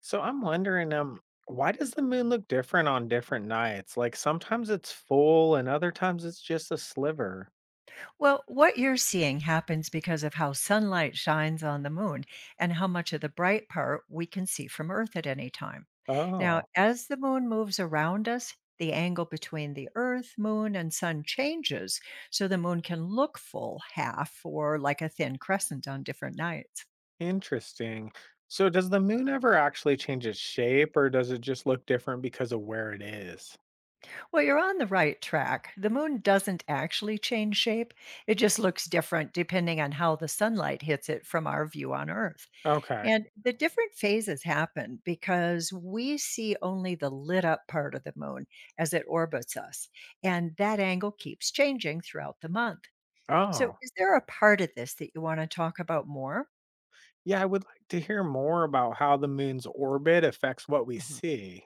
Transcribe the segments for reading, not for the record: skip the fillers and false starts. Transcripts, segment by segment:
So I'm wondering, why does the moon look different on different nights? Like sometimes it's full and other times it's just a sliver. Well, what you're seeing happens because of how sunlight shines on the moon and how much of the bright part we can see from Earth at any time. Now, Oh, as the moon moves around us, the angle between the Earth, moon, and sun changes, so the moon can look full half or like a thin crescent on different nights. interesting. So does the moon ever actually change its shape or does it just look different because of where it is? Well, you're on the right track. The moon doesn't actually change shape, it just looks different depending on how the sunlight hits it from our view on Earth. Okay. And the different phases happen because we see only the lit up part of the moon as it orbits us, and that angle keeps changing throughout the month. So, Oh, is there a part of this that you want to talk about more? yeah, I would like to hear more about how the moon's orbit affects what we see.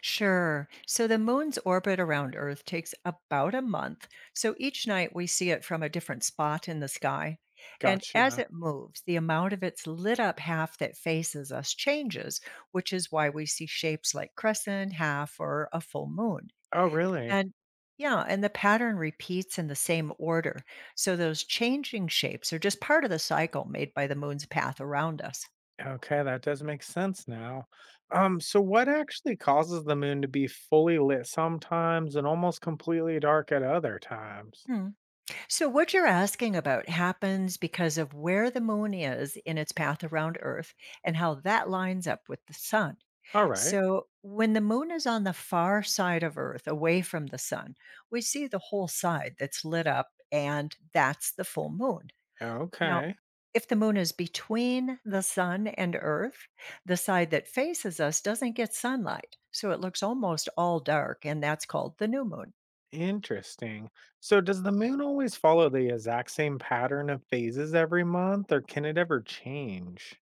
Sure. So the moon's orbit around Earth takes about a month. So each night we see it from a different spot in the sky. And as Gotcha. it moves, the amount of its lit up half that faces us changes, which is why we see shapes like crescent, half, or a full moon. Oh, really? And yeah, and the pattern repeats in the same order. So those changing shapes are just part of the cycle made by the moon's path around us. Okay, that does make sense now. So what actually causes the moon to be fully lit sometimes and almost completely dark at other times? Hmm. So, what you're asking about happens because of where the moon is in its path around Earth and how that lines up with the sun. All right. So, when the moon is on the far side of Earth, away from the sun, we see the whole side that's lit up, and that's the full moon. Now, Okay. if the moon is between the sun and Earth, the side that faces us doesn't get sunlight. So, it looks almost all dark, and that's called the new moon. Interesting. So does the moon always follow the exact same pattern of phases every month or can it ever change?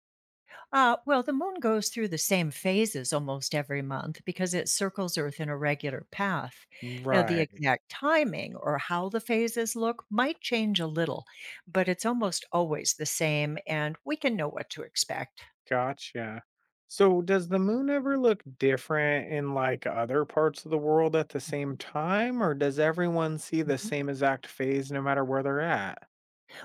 Well, the moon goes through the same phases almost every month because it circles Earth in a regular path. Now, the Right. exact timing or how the phases look might change a little, but it's almost always the same, and we can know what to expect. Gotcha. So does the moon ever look different in like other parts of the world at the same time or does everyone see the Mhm. same exact phase no matter where they're at?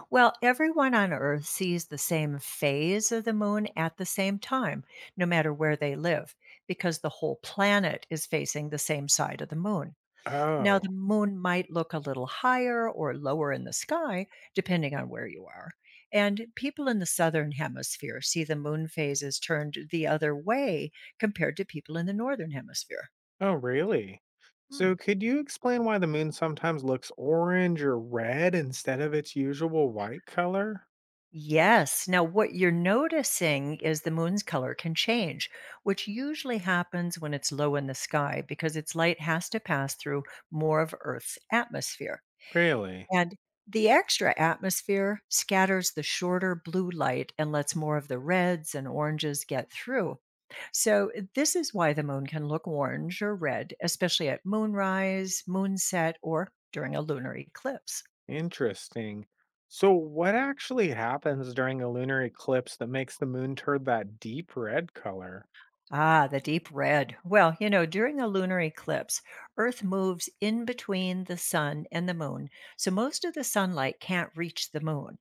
Well, everyone on Earth sees the same phase of the moon at the same time, no matter where they live, because the whole planet is facing the same side of the moon. Now, the Oh. moon might look a little higher or lower in the sky, depending on where you are. And people in the southern hemisphere see the moon phases turned the other way compared to people in the northern hemisphere. Oh, really? Hmm. So could you explain why the moon sometimes looks orange or red instead of its usual white color? Yes. Now, what you're noticing is the moon's color can change, which usually happens when it's low in the sky because its light has to pass through more of Earth's atmosphere. Really? And the extra atmosphere scatters the shorter blue light and lets more of the reds and oranges get through. So, this is why the moon can look orange or red, especially at moonrise, moonset, or during a lunar eclipse. Interesting. So what actually happens during a lunar eclipse that makes the moon turn that deep red color? Ah, the deep red. Well, you know, during a lunar eclipse, Earth moves in between the sun and the moon, so most of the sunlight can't reach the moon.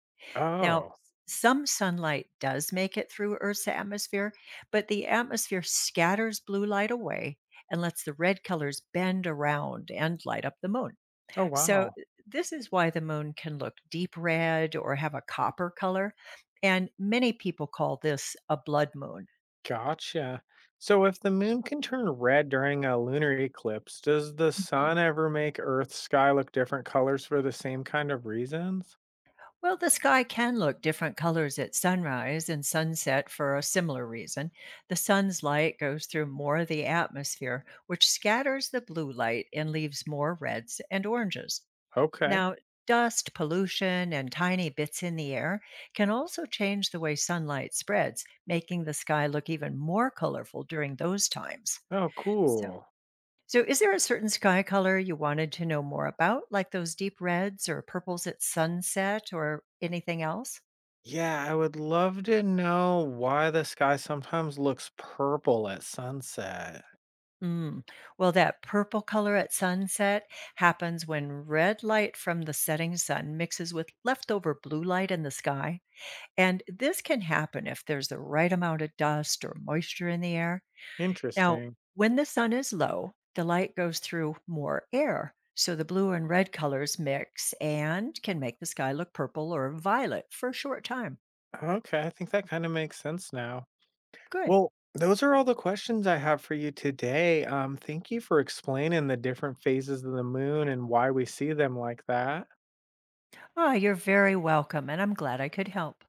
Now, Oh. s some sunlight does make it through Earth's atmosphere, but the atmosphere scatters blue light away and lets the red colors bend around and light up the moon. Oh, So, wow. This is why the moon can look deep red or have a copper color, and many people call this a blood moon. Gotcha. So if the moon can turn red during a lunar eclipse, does the sun ever make Earth's sky look different colors for the same kind of reasons? Well, the sky can look different colors at sunrise and sunset for a similar reason. The sun's light goes through more of the atmosphere, which scatters the blue light and leaves more reds and oranges. Okay. Now, dust, pollution, and tiny bits in the air can also change the way sunlight spreads, making the sky look even more colorful during those times. Oh, So, cool. so, is there a certain sky color you wanted to know more about, like those deep reds or purples at sunset or anything else? Yeah, I would love to know why the sky sometimes looks purple at sunset. Mm. Well, that purple color at sunset happens when red light from the setting sun mixes with leftover blue light in the sky. And this can happen if there's the right amount of dust or moisture in the air. Now, Interesting. when the sun is low, the light goes through more air. So the blue and red colors mix and can make the sky look purple or violet for a short time. Okay, I think that kind of makes sense now. Good. Well, those are all the questions I have for you today. Thank you for explaining the different phases of the moon and why we see them like that. Ah, you're very welcome. And I'm glad I could help.